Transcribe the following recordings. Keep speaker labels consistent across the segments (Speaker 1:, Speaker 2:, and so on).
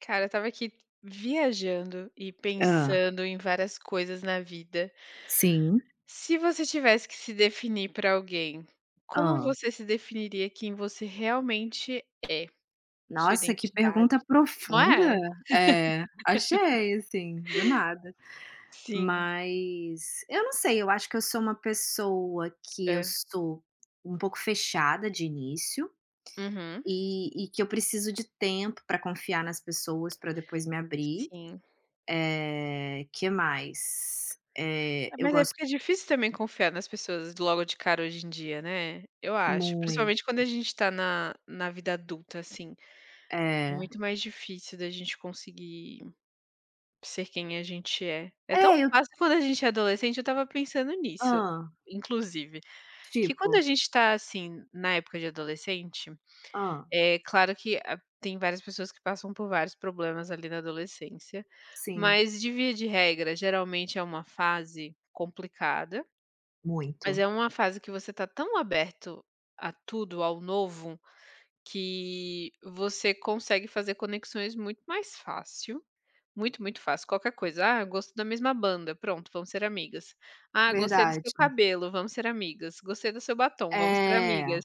Speaker 1: Cara, eu estava aqui viajando e
Speaker 2: Hã,
Speaker 1: pensando em várias coisas na vida.
Speaker 2: sim,
Speaker 1: Se você tivesse que se definir pra alguém, como
Speaker 2: hã.
Speaker 1: você se definiria quem você realmente sua
Speaker 2: Nossa, que
Speaker 1: identidade,
Speaker 2: pergunta
Speaker 1: não
Speaker 2: profunda.
Speaker 1: é?
Speaker 2: É, achei, assim, do nada.
Speaker 1: Sim,
Speaker 2: Mas eu não sei, eu acho que eu sou uma pessoa que eu
Speaker 1: é.
Speaker 2: sou um pouco fechada de início
Speaker 1: Uhum.
Speaker 2: e que eu preciso de tempo pra confiar nas pessoas pra depois me abrir.
Speaker 1: Sim.
Speaker 2: Que mais? Eh,
Speaker 1: Ah,
Speaker 2: eu
Speaker 1: mas é
Speaker 2: gosto
Speaker 1: porque é difícil também confiar nas pessoas logo de cara hoje em dia, né, eu acho.
Speaker 2: mui
Speaker 1: Principalmente quando a gente tá na vida adulta, assim, é
Speaker 2: é.
Speaker 1: muito mais difícil da gente conseguir ser quem a gente é. É tão
Speaker 2: É, eu
Speaker 1: fácil quando a gente é adolescente, eu estava pensando nisso,
Speaker 2: hã,
Speaker 1: inclusive, que quando a
Speaker 2: tipo,
Speaker 1: gente tá, assim, na época de adolescente,
Speaker 2: hã,
Speaker 1: é claro que a tem várias pessoas que passam por vários problemas ali na adolescência,
Speaker 2: sim,
Speaker 1: mas de via de regra, geralmente é uma fase complicada, mas
Speaker 2: muito.
Speaker 1: é uma fase que você tá tão aberto a tudo, ao novo, que você consegue fazer conexões muito mais fácil, muito, muito fácil. Qualquer coisa: "Ah, eu gosto da mesma banda", pronto, vamos ser amigas. "Ah, gostei do seu
Speaker 2: Verdade.
Speaker 1: cabelo", vamos ser amigas. "Gostei do seu batom", vamos ser
Speaker 2: É,
Speaker 1: amigas.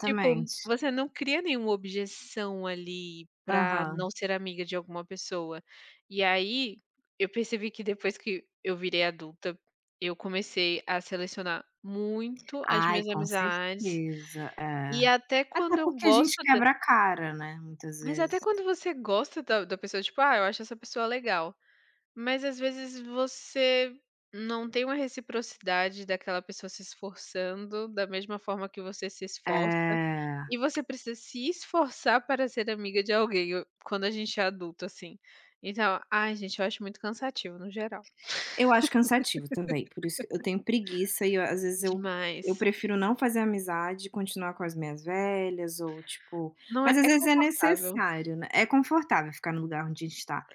Speaker 1: Tipo, você não cria nenhuma objeção ali pra
Speaker 2: Aham.
Speaker 1: não ser amiga de alguma pessoa. E aí, eu percebi que depois que eu virei adulta, eu comecei a selecionar muito as
Speaker 2: Ai,
Speaker 1: minhas
Speaker 2: com
Speaker 1: amizades,
Speaker 2: certeza, é.
Speaker 1: e até quando
Speaker 2: Até
Speaker 1: eu
Speaker 2: porque a
Speaker 1: gosto
Speaker 2: gente quebra a cara, né, muitas
Speaker 1: mas até
Speaker 2: vezes.
Speaker 1: quando você gosta da pessoa, tipo: "Ah, eu acho essa pessoa legal", mas às vezes você não tem uma reciprocidade daquela pessoa se esforçando da mesma forma que você se esforça,
Speaker 2: É,
Speaker 1: e você precisa se esforçar para ser amiga de alguém, o quando a gente é adulto, assim. Então, ai gente, eu acho muito cansativo no geral,
Speaker 2: eu acho cansativo também, por isso que eu tenho preguiça e eu às vezes eu
Speaker 1: demais.
Speaker 2: prefiro não fazer amizade e continuar com as minhas velhas ou tipo
Speaker 1: Não é
Speaker 2: mas às
Speaker 1: é
Speaker 2: vezes é
Speaker 1: confortável.
Speaker 2: necessário, né, é confortável ficar no lugar onde a gente tá.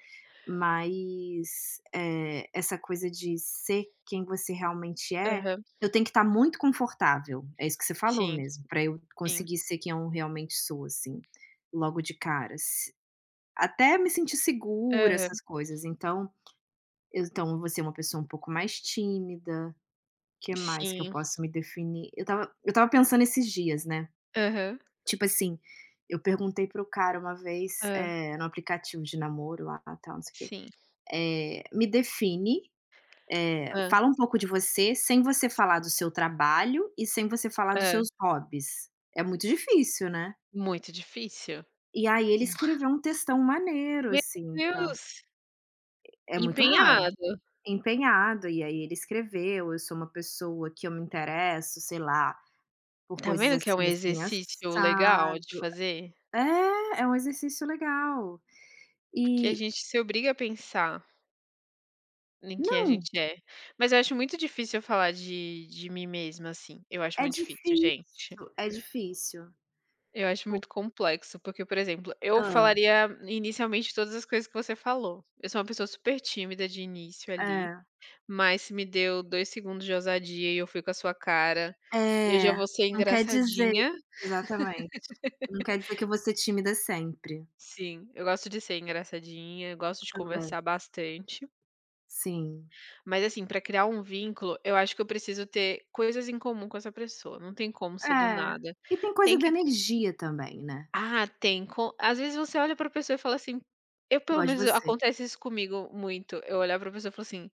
Speaker 2: Mas, essa coisa de ser quem você realmente é,
Speaker 1: Aham.
Speaker 2: eu tenho que estar muito confortável, é isso que você falou
Speaker 1: Sim,
Speaker 2: mesmo, para eu
Speaker 1: sim.
Speaker 2: conseguir ser quem eu realmente sou, assim, logo de cara, se até me sentir segura,
Speaker 1: Aham.
Speaker 2: essas coisas. Então eu vou ser uma pessoa um pouco mais tímida. O que mais que eu
Speaker 1: Sim.
Speaker 2: posso me definir? Eu tava pensando esses dias, né,
Speaker 1: Aham.
Speaker 2: tipo assim, eu perguntei para o cara uma vez,
Speaker 1: Hã.
Speaker 2: no aplicativo de namoro lá, tal, não sei o quê,
Speaker 1: Sim.
Speaker 2: "Me define.
Speaker 1: Hã.
Speaker 2: Fala um pouco de você, sem você falar do seu trabalho e sem você falar dos
Speaker 1: Hã.
Speaker 2: seus hobbies." É muito difícil, né.
Speaker 1: Muito difícil.
Speaker 2: E aí ele escreveu um textão maneiro,
Speaker 1: Meu
Speaker 2: assim, tá.
Speaker 1: Deus,
Speaker 2: É muito raro.
Speaker 1: empenhado.
Speaker 2: Empenhado, e aí ele escreveu: "Eu sou uma pessoa que eu me interesso, sei lá, por
Speaker 1: Tá
Speaker 2: coisas
Speaker 1: vendo que é um
Speaker 2: assim, assim,
Speaker 1: exercício legal
Speaker 2: assado".
Speaker 1: de fazer?
Speaker 2: É, é um exercício legal.
Speaker 1: Porque a
Speaker 2: E
Speaker 1: gente se obriga a pensar em quem a
Speaker 2: não,
Speaker 1: gente é. Mas eu acho muito difícil eu falar de mim mesma, assim, eu acho
Speaker 2: é
Speaker 1: muito difícil,
Speaker 2: difícil,
Speaker 1: gente.
Speaker 2: é difícil.
Speaker 1: Eu acho
Speaker 2: Po
Speaker 1: muito complexo, porque, por exemplo, eu
Speaker 2: hã.
Speaker 1: falaria inicialmente todas as coisas que você falou. Eu sou uma pessoa super tímida de início ali,
Speaker 2: É.
Speaker 1: mas se me deu 2 segundos de ousadia e eu fui com a sua cara, eu já
Speaker 2: É,
Speaker 1: vou ser
Speaker 2: não quer dizer.
Speaker 1: engraçadinha.
Speaker 2: Exatamente. Não quer dizer que eu vou ser tímida sempre,
Speaker 1: Sim, eu gosto de ser engraçadinha, eu gosto de
Speaker 2: também.
Speaker 1: conversar bastante,
Speaker 2: Sim.
Speaker 1: mas assim, pra criar um vínculo, eu acho que eu preciso ter coisas em comum com essa pessoa, não tem como ser do
Speaker 2: É.
Speaker 1: nada.
Speaker 2: E tem
Speaker 1: Tem
Speaker 2: coisa da
Speaker 1: que
Speaker 2: energia também, né.
Speaker 1: ah, tem co... Às vezes você olha pra pessoa e fala assim, eu pelo
Speaker 2: Igual de
Speaker 1: menos
Speaker 2: você.
Speaker 1: acontece isso comigo muito, eu olhar pra pessoa e falar assim: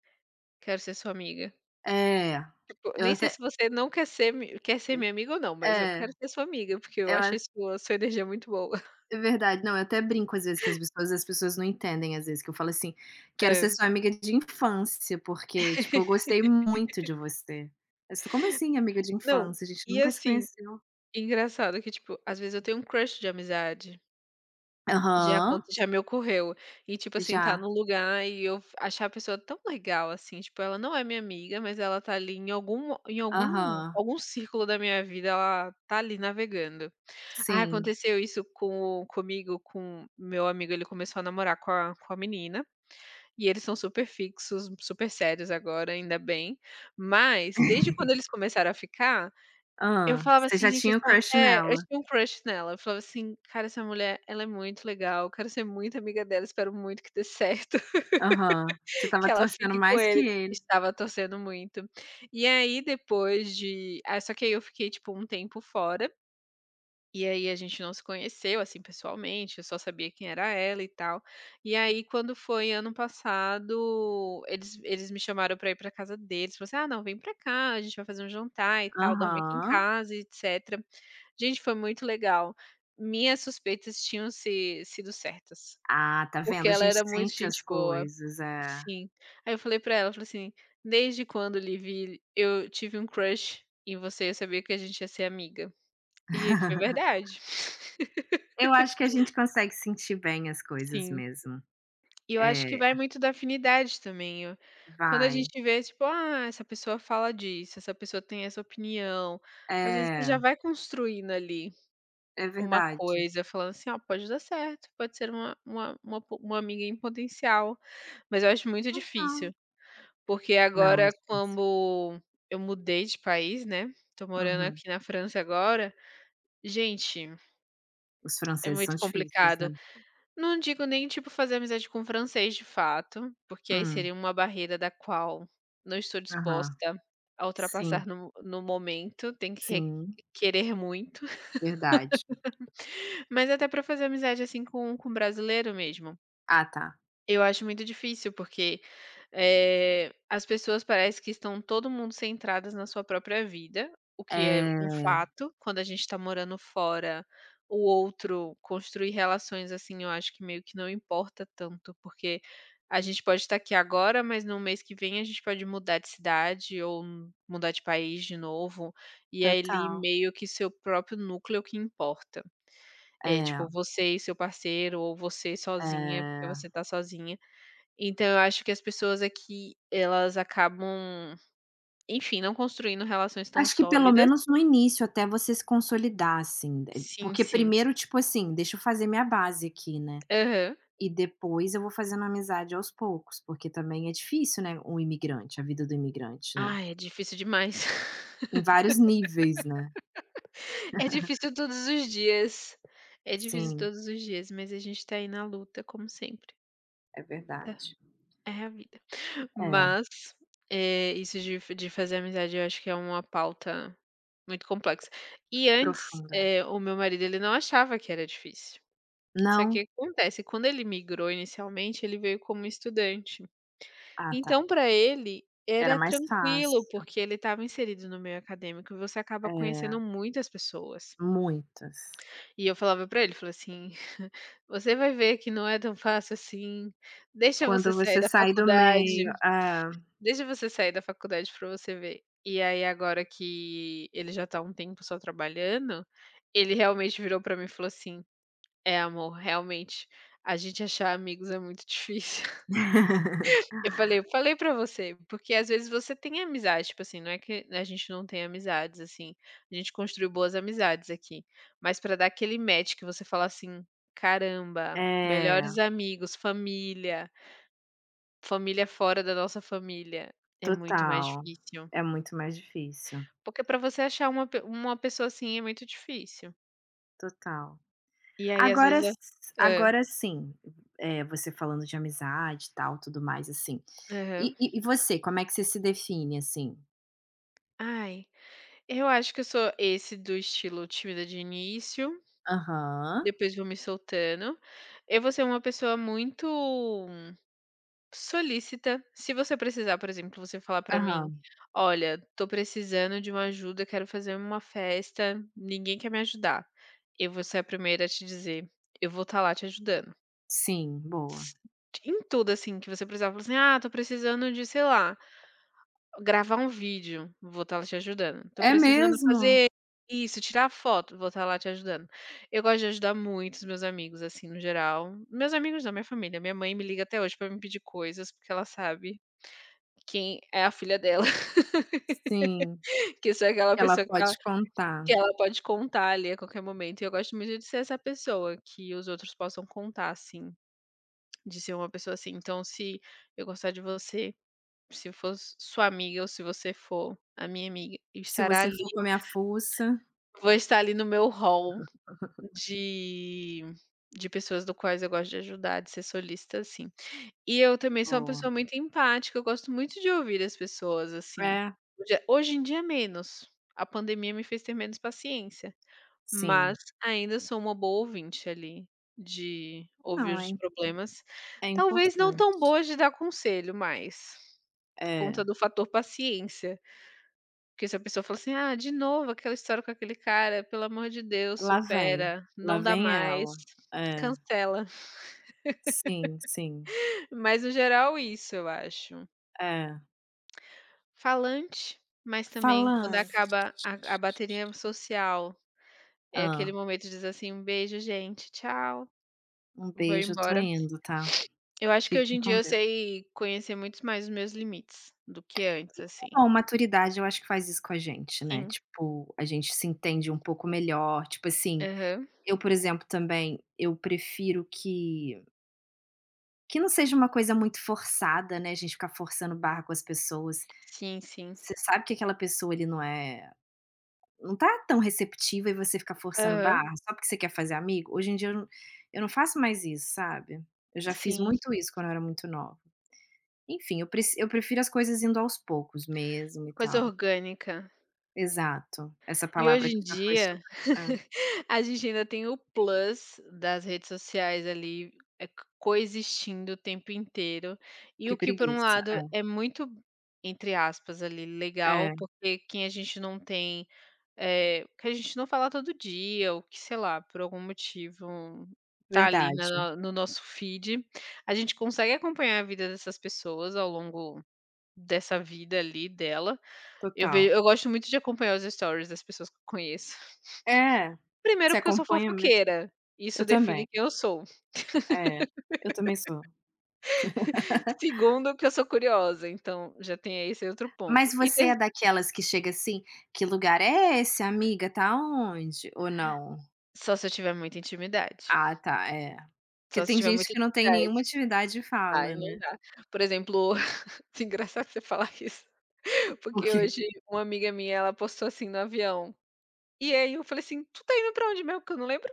Speaker 1: "Quero ser sua amiga".
Speaker 2: É.
Speaker 1: Tipo,
Speaker 2: Eu
Speaker 1: nem sei
Speaker 2: até
Speaker 1: se você não quer ser mi quer ser minha amiga ou não, mas eu
Speaker 2: é,
Speaker 1: quero ser sua amiga, porque eu
Speaker 2: eu
Speaker 1: achei
Speaker 2: a
Speaker 1: sua energia muito boa.
Speaker 2: é verdade. Não, eu até brinco às vezes que as pessoas não entendem às vezes, que eu falo assim: "Quero
Speaker 1: É,
Speaker 2: ser sua amiga de infância, porque, tipo, eu gostei muito de você". Mas ficam: "Como assim amiga de
Speaker 1: não,
Speaker 2: infância? A gente
Speaker 1: e
Speaker 2: nunca se
Speaker 1: assim,
Speaker 2: conheceu".
Speaker 1: engraçado que tipo, às vezes eu tenho um crush de amizade.
Speaker 2: Aham.
Speaker 1: Já me ocorreu. E, tipo assim, tá
Speaker 2: Já.
Speaker 1: num lugar e eu f achar a pessoa tão legal, assim, tipo, ela não é minha amiga, mas ela tá ali em algum em algum
Speaker 2: Aham.
Speaker 1: algum círculo da minha vida, ela tá ali navegando. Ah,
Speaker 2: Sim.
Speaker 1: aconteceu isso comigo, com meu amigo, ele começou a namorar com a menina, e eles são super fixos, super sérios agora, ainda bem. Mas desde quando eles começaram a ficar, eu
Speaker 2: Ah.
Speaker 1: falava
Speaker 2: Você
Speaker 1: assim:
Speaker 2: já
Speaker 1: "Gente,
Speaker 2: tinha o
Speaker 1: essa"
Speaker 2: crush
Speaker 1: é, eu
Speaker 2: nela?
Speaker 1: tinha um crush nela, eu falava assim: "Cara, essa mulher, ela é muito legal, eu quero ser muito amiga dela, espero muito que dê certo,
Speaker 2: Aham. Você
Speaker 1: que
Speaker 2: estava
Speaker 1: ela
Speaker 2: torcendo
Speaker 1: fique com
Speaker 2: mais
Speaker 1: ele".
Speaker 2: que ele.
Speaker 1: Estava torcendo muito. E aí só que aí eu fiquei, tipo, um tempo fora, e aí a gente não se conheceu, assim, pessoalmente, eu só sabia quem era ela e tal. E aí quando foi ano passado, eles me chamaram pra ir pra casa deles, falou assim: "Ah, não, vem pra cá, a gente vai fazer um jantar e tal, dorme aqui em
Speaker 2: Aham.
Speaker 1: casa e etcétera". Gente, foi muito legal. Minhas suspeitas tinham se sido certas,
Speaker 2: Ah, tá
Speaker 1: porque
Speaker 2: vendo, a
Speaker 1: ela
Speaker 2: gente
Speaker 1: era muito
Speaker 2: sente as
Speaker 1: gente boa.
Speaker 2: coisas, é.
Speaker 1: Sim. Aí eu falei pra ela, eu falei assim: "Desde quando, Livi, eu tive um crush em você, eu sabia que a gente ia ser amiga". E foi verdade.
Speaker 2: Eu acho que a gente consegue sentir bem as coisas
Speaker 1: Sim.
Speaker 2: mesmo.
Speaker 1: E eu acho que
Speaker 2: É,
Speaker 1: vai muito da afinidade também. Eu Quando a
Speaker 2: vai.
Speaker 1: gente vê, tipo: "Ah, essa pessoa fala disso, essa pessoa tem essa opinião", às vezes você
Speaker 2: É,
Speaker 1: já vai construindo ali.
Speaker 2: é
Speaker 1: Uma
Speaker 2: verdade.
Speaker 1: coisa, falando assim: "Ó, pode dar certo, pode ser uma amiga em potencial", mas eu acho muito
Speaker 2: Total.
Speaker 1: difícil, porque
Speaker 2: Não, é
Speaker 1: agora
Speaker 2: difícil.
Speaker 1: como eu mudei de país, né, tô morando
Speaker 2: Uhum.
Speaker 1: aqui na França agora, gente,
Speaker 2: Os
Speaker 1: é
Speaker 2: franceses são
Speaker 1: muito
Speaker 2: difíceis, né.
Speaker 1: complicado. Não digo nem, tipo, fazer amizade com francês de fato, porque aí
Speaker 2: Hum.
Speaker 1: seria uma barreira da qual não estou disposta
Speaker 2: Aham.
Speaker 1: a ultrapassar
Speaker 2: Sim,
Speaker 1: no momento, tem que re
Speaker 2: sim,
Speaker 1: querer muito,
Speaker 2: verdade.
Speaker 1: mas até pra fazer amizade, assim, com brasileiro mesmo.
Speaker 2: Ah, tá.
Speaker 1: Eu acho muito difícil, porque, as pessoas parece que estão todo mundo centradas na sua própria vida, o que é um
Speaker 2: É,
Speaker 1: fato. Quando a gente está morando fora, o outro construir relações, assim, eu acho que meio que não importa tanto, porque a gente pode estar aqui agora, mas no mês que vem a gente pode mudar de cidade ou mudar de país de novo, e aí ali
Speaker 2: total.
Speaker 1: meio que seu próprio núcleo que importa. É,
Speaker 2: É,
Speaker 1: tipo, você e seu parceiro ou você sozinha, porque
Speaker 2: é.
Speaker 1: você está sozinha. Então eu acho que as pessoas aqui, elas acabam, enfim, não construindo relações tão
Speaker 2: Acho que pelo
Speaker 1: sólidas.
Speaker 2: menos no início, até você se consolidar, assim, de
Speaker 1: Sim,
Speaker 2: porque
Speaker 1: sim.
Speaker 2: primeiro, tipo assim: "Deixa eu fazer minha base aqui, né,
Speaker 1: Aham.
Speaker 2: e depois eu vou fazendo amizade aos poucos", porque também é difícil, né, um imigrante, a vida do imigrante, né,
Speaker 1: Ai, é difícil demais.
Speaker 2: em vários níveis, né.
Speaker 1: É difícil todos os dias. É difícil
Speaker 2: Sim,
Speaker 1: todos os dias, mas a gente tá aí na luta como sempre.
Speaker 2: é
Speaker 1: Tá,
Speaker 2: verdade.
Speaker 1: é a vida.
Speaker 2: É,
Speaker 1: Mas, isso de fazer amizade eu acho que é uma pauta muito complexa. E antes,
Speaker 2: profunda.
Speaker 1: o meu marido ele não achava que era difícil. Só que
Speaker 2: Não?
Speaker 1: acontece, quando ele migrou inicialmente, ele veio como estudante.
Speaker 2: Ah, tá.
Speaker 1: Então para ele
Speaker 2: Era
Speaker 1: era
Speaker 2: mais
Speaker 1: tranquilo,
Speaker 2: fácil.
Speaker 1: porque ele estava inserido no meio acadêmico e você acaba
Speaker 2: É,
Speaker 1: conhecendo muitas pessoas.
Speaker 2: muitas.
Speaker 1: E eu falava para ele, falei assim: "Você vai ver que não é tão fácil assim, deixa você
Speaker 2: Quando
Speaker 1: sair
Speaker 2: você
Speaker 1: da
Speaker 2: sai do
Speaker 1: faculdade,
Speaker 2: meio é.
Speaker 1: deixa você sair da faculdade para você ver". E aí agora que ele já tá há um tempo só trabalhando, ele realmente virou para mim e falou assim: é, amor, realmente, a gente achar amigos é muito difícil. Eu falei pra você, porque às vezes você tem amizade, tipo assim, não é que a gente não tem amizades, assim, a gente construiu boas amizades aqui, mas pra dar aquele match que você fala assim: "Caramba, melhores
Speaker 2: É,
Speaker 1: amigos, família, família fora da nossa família", é muito mais
Speaker 2: total.
Speaker 1: difícil.
Speaker 2: É muito mais difícil.
Speaker 1: Porque pra você achar uma pessoa assim é muito difícil.
Speaker 2: Total.
Speaker 1: E aí às
Speaker 2: Agora
Speaker 1: vezes
Speaker 2: s
Speaker 1: é hã,
Speaker 2: agora sim, você falando de amizade e tal, tudo mais, assim. E
Speaker 1: aham.
Speaker 2: e e você, como é que você se define, assim?
Speaker 1: Ai. Eu acho que eu sou esse do estilo tímida de início,
Speaker 2: Aham,
Speaker 1: depois vou me soltando. Eu vou ser uma pessoa muito solícita. Se você precisar, por exemplo, você falar pra mim:
Speaker 2: aham.
Speaker 1: "Olha, tô precisando de uma ajuda, quero fazer uma festa, ninguém quer me ajudar". Eu vou ser a primeira a te dizer: "Eu vou estar lá te ajudando".
Speaker 2: Sim, boa.
Speaker 1: Em tudo, assim, que você precisar, falar assim: "Ah, tô precisando de, sei lá, gravar um vídeo, vou estar lá te ajudando. Tô
Speaker 2: É
Speaker 1: precisando
Speaker 2: mesmo?
Speaker 1: fazer isso, tirar foto, vou estar lá te ajudando. Eu gosto de ajudar muito os meus amigos, assim, no geral. Meus amigos não, minha família. Minha mãe me liga até hoje pra me pedir coisas, porque ela sabe quem é a filha dela,
Speaker 2: Sim,
Speaker 1: que sou aquela
Speaker 2: ela
Speaker 1: pessoa que ela
Speaker 2: pode contar.
Speaker 1: que ela pode contar ali a qualquer momento. E eu gosto muito de ser essa pessoa que os outros possam contar, assim, de ser uma pessoa assim. Então, se eu gostar de você, se eu for sua amiga ou se você for a minha amiga,
Speaker 2: "Se
Speaker 1: estará
Speaker 2: você
Speaker 1: ali.
Speaker 2: for comer a fuça".
Speaker 1: Vou estar ali no meu hall de de pessoas do quais eu gosto de ajudar, de ser solícita, assim. E eu também sou uma
Speaker 2: Boa.
Speaker 1: pessoa muito empática, eu gosto muito de ouvir as pessoas, assim.
Speaker 2: É,
Speaker 1: Hoje em dia menos, a pandemia me fez ter menos paciência, mas
Speaker 2: sim.
Speaker 1: ainda sou uma boa ouvinte ali, de ouvir
Speaker 2: Não,
Speaker 1: os
Speaker 2: é
Speaker 1: problemas.
Speaker 2: é
Speaker 1: Talvez não tão
Speaker 2: importante.
Speaker 1: boa de dar conselho mais, por
Speaker 2: É.
Speaker 1: conta do fator paciência. Porque se a pessoa fala assim: "Ah, de novo aquela história com aquele cara, pelo amor de Deus,
Speaker 2: Lá vem.
Speaker 1: supera,
Speaker 2: Lá
Speaker 1: não dá
Speaker 2: vem
Speaker 1: mais,
Speaker 2: ela. É.
Speaker 1: cancela".
Speaker 2: Sim, sim.
Speaker 1: Mas no geral isso, eu acho.
Speaker 2: É.
Speaker 1: Falante, mas também quando
Speaker 2: Falan
Speaker 1: acaba a bateria social, é aquele
Speaker 2: Hã.
Speaker 1: momento de dizer assim: "Um beijo gente, tchau,
Speaker 2: Um
Speaker 1: vou
Speaker 2: beijo, eu tô
Speaker 1: embora".
Speaker 2: indo, tá.
Speaker 1: Eu acho que hoje
Speaker 2: Fiquem
Speaker 1: em dia
Speaker 2: com
Speaker 1: eu
Speaker 2: Deus.
Speaker 1: sei conhecer muito mais os meus limites do que antes, assim.
Speaker 2: Bom, maturidade eu acho que faz isso com a gente, né,
Speaker 1: Sim.
Speaker 2: tipo, a gente se entende um pouco melhor, tipo assim,
Speaker 1: Aham.
Speaker 2: eu, por exemplo, também, eu prefiro que não seja uma coisa muito forçada, né, a gente ficar forçando barra com as pessoas.
Speaker 1: Sim, sim.
Speaker 2: Você sabe que aquela pessoa ali não tá tão receptiva e você fica forçando
Speaker 1: Aham.
Speaker 2: barra só porque você quer fazer amigo. Hoje em dia eu não faço mais isso, sabe. Eu já fiz
Speaker 1: Sim.
Speaker 2: muito isso quando eu era muito nova. Enfim, eu prefiro as coisas indo aos poucos mesmo e
Speaker 1: Coisa
Speaker 2: tal.
Speaker 1: orgânica.
Speaker 2: Exato, essa
Speaker 1: E
Speaker 2: palavra
Speaker 1: hoje
Speaker 2: que
Speaker 1: em
Speaker 2: já foi
Speaker 1: dia,
Speaker 2: super
Speaker 1: a gente ainda tem o plus das redes sociais ali, eh, c coexistindo o tempo inteiro. E o
Speaker 2: que
Speaker 1: que por um
Speaker 2: preguiça.
Speaker 1: lado é muito, entre aspas, ali,
Speaker 2: É,
Speaker 1: legal,
Speaker 2: é,
Speaker 1: porque quem a gente não tem, que a gente não fala todo dia ou que, sei lá, por algum motivo tá ali
Speaker 2: verdade,
Speaker 1: na no nosso feed, a gente consegue acompanhar a vida dessas pessoas ao longo dessa vida ali dela. Eu vejo,
Speaker 2: total.
Speaker 1: eu gosto muito de acompanhar os stories das pessoas que eu conheço.
Speaker 2: É,
Speaker 1: Primeiro,
Speaker 2: você
Speaker 1: porque eu sou
Speaker 2: acompanha mesmo.
Speaker 1: fofoqueira, isso
Speaker 2: Eu
Speaker 1: define
Speaker 2: também,
Speaker 1: quem eu sou.
Speaker 2: é, eu também sou.
Speaker 1: Segundo, que eu sou curiosa, então já tem esse outro ponto.
Speaker 2: Mas
Speaker 1: E
Speaker 2: você
Speaker 1: ter
Speaker 2: é daquelas que chega assim: "Que lugar é esse, amiga? Tá onde?" Ou não?
Speaker 1: só se eu tiver muita intimidade,
Speaker 2: Ah, tá, é. Porque
Speaker 1: só se
Speaker 2: tem
Speaker 1: tiver
Speaker 2: gente
Speaker 1: muita
Speaker 2: que não tem nenhuma
Speaker 1: intimidade.
Speaker 2: atividade de
Speaker 1: Ai,
Speaker 2: fala,
Speaker 1: não
Speaker 2: né.
Speaker 1: dá. Por exemplo, engraçado você falar isso,
Speaker 2: O
Speaker 1: porque
Speaker 2: quê?
Speaker 1: hoje uma amiga minha, ela postou assim no avião, e aí eu falei assim: "Tu tá indo pra onde mesmo?" que eu não lembro.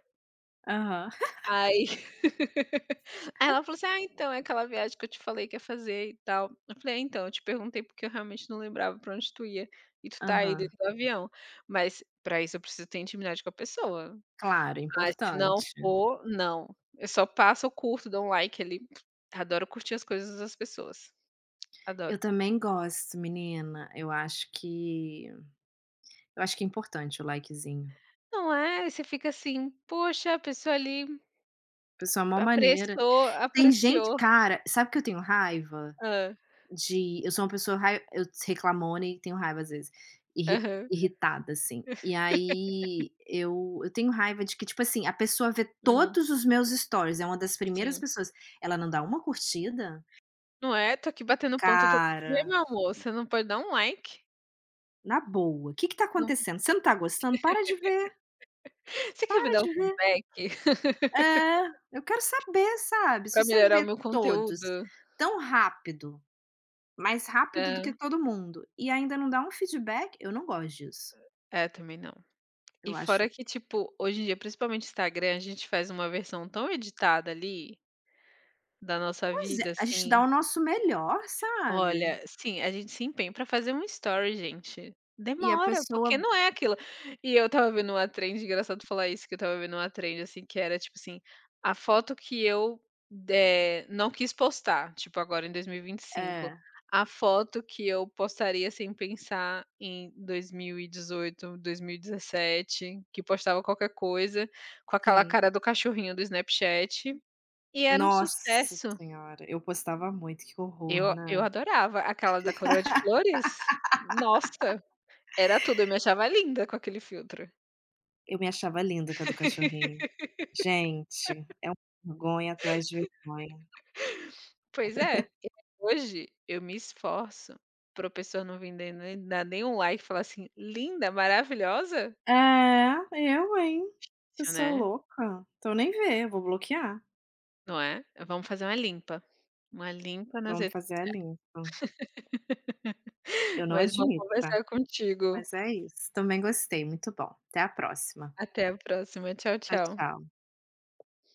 Speaker 2: Aham,
Speaker 1: Aí aí ela falou assim: "Ah, então, é aquela viagem que eu te falei que ia fazer e tal". Eu falei: "É, então, eu te perguntei porque eu realmente não lembrava pra onde tu ia, e tu tá aí
Speaker 2: aham.
Speaker 1: dentro do avião". Mas pra isso eu preciso ter intimidade com a pessoa.
Speaker 2: Claro, é
Speaker 1: Ah, se não
Speaker 2: importante.
Speaker 1: for, não. Eu só passo, eu curto, dou um like ali. Adoro curtir as coisas das pessoas, adoro.
Speaker 2: Eu também gosto, menina. Eu acho que é importante o likezinho.
Speaker 1: Não é? Você fica assim: "Poxa, a pessoa ali
Speaker 2: Pessoal, mó maneira.
Speaker 1: apreciou,
Speaker 2: Tem gente
Speaker 1: apreciou".
Speaker 2: cara, sabe que
Speaker 1: Hã.
Speaker 2: eu sou uma pessoa rai eu reclamona e tenho raiva às vezes,
Speaker 1: Aham.
Speaker 2: irritada, assim. E aí eu tenho raiva de que, tipo assim, a pessoa vê
Speaker 1: Hum,
Speaker 2: todos os meus stories, é uma das primeiras
Speaker 1: sim.
Speaker 2: pessoas, ela não dá uma curtida?
Speaker 1: Não é? Tô aqui batendo ponto todo
Speaker 2: Cara,
Speaker 1: dia, meu amor, você não pode dar um like?
Speaker 2: na boa, o que que tá
Speaker 1: Não,
Speaker 2: acontecendo? Você não tá gostando? Para de ver,
Speaker 1: você quer me
Speaker 2: para
Speaker 1: dar um
Speaker 2: de ver.
Speaker 1: feedback
Speaker 2: É, eu quero saber, sabe, se
Speaker 1: pra
Speaker 2: você
Speaker 1: melhorar o
Speaker 2: vê
Speaker 1: meu
Speaker 2: todos
Speaker 1: conteúdo?
Speaker 2: tão rápido, mais rápido do
Speaker 1: É.
Speaker 2: que todo mundo, e ainda não dá um feedback, eu não gosto disso.
Speaker 1: É, também não. E
Speaker 2: Eu
Speaker 1: fora
Speaker 2: acho
Speaker 1: que, tipo, hoje em dia, principalmente Instagram, a gente faz uma versão tão editada ali da nossa
Speaker 2: pois
Speaker 1: vida,
Speaker 2: é, a gente
Speaker 1: assim,
Speaker 2: dá o nosso melhor, sabe,
Speaker 1: olha, sim, a gente se empenha pra fazer um story, gente.
Speaker 2: e a
Speaker 1: Demora,
Speaker 2: pessoa
Speaker 1: porque não é aquilo. E eu estava vendo uma trend, engraçado falar isso, que eu estava vendo uma trend, assim, que era, tipo assim, a foto que eu, não quis postar, tipo, agora em 2025.
Speaker 2: é,
Speaker 1: A foto que eu postaria sem pensar em 2018, 2017, que postava qualquer coisa, com aquela
Speaker 2: sim.
Speaker 1: cara do cachorrinho do Snapchat, e era um
Speaker 2: Nossa
Speaker 1: sucesso.
Speaker 2: senhora, eu postava muito, que horror,
Speaker 1: Eu
Speaker 2: né.
Speaker 1: adorava aquela da coroa de flores. Nossa, era tudo, eu me achava linda com aquele filtro.
Speaker 2: Eu me achava linda com a do cachorrinho. Gente, é uma vergonha atrás de vergonha.
Speaker 1: Pois é, hoje eu me esforço para o pessoa não vim dar nem dar nenhum like e falar assim: "Linda, maravilhosa".
Speaker 2: É, eu, hein.
Speaker 1: Isso,
Speaker 2: Pessoa
Speaker 1: né,
Speaker 2: louca. Então nem vê, eu vou bloquear.
Speaker 1: não é? Vamos fazer uma limpa nas
Speaker 2: Vamos
Speaker 1: redes.
Speaker 2: fazer a limpa. Eu não
Speaker 1: Mas bom
Speaker 2: admito, tá?
Speaker 1: conversar contigo.
Speaker 2: Mas é isso. Também gostei, muito bom. Até a próxima.
Speaker 1: Até a próxima, tchau,
Speaker 2: Tchau,
Speaker 1: tchau.
Speaker 2: tchau.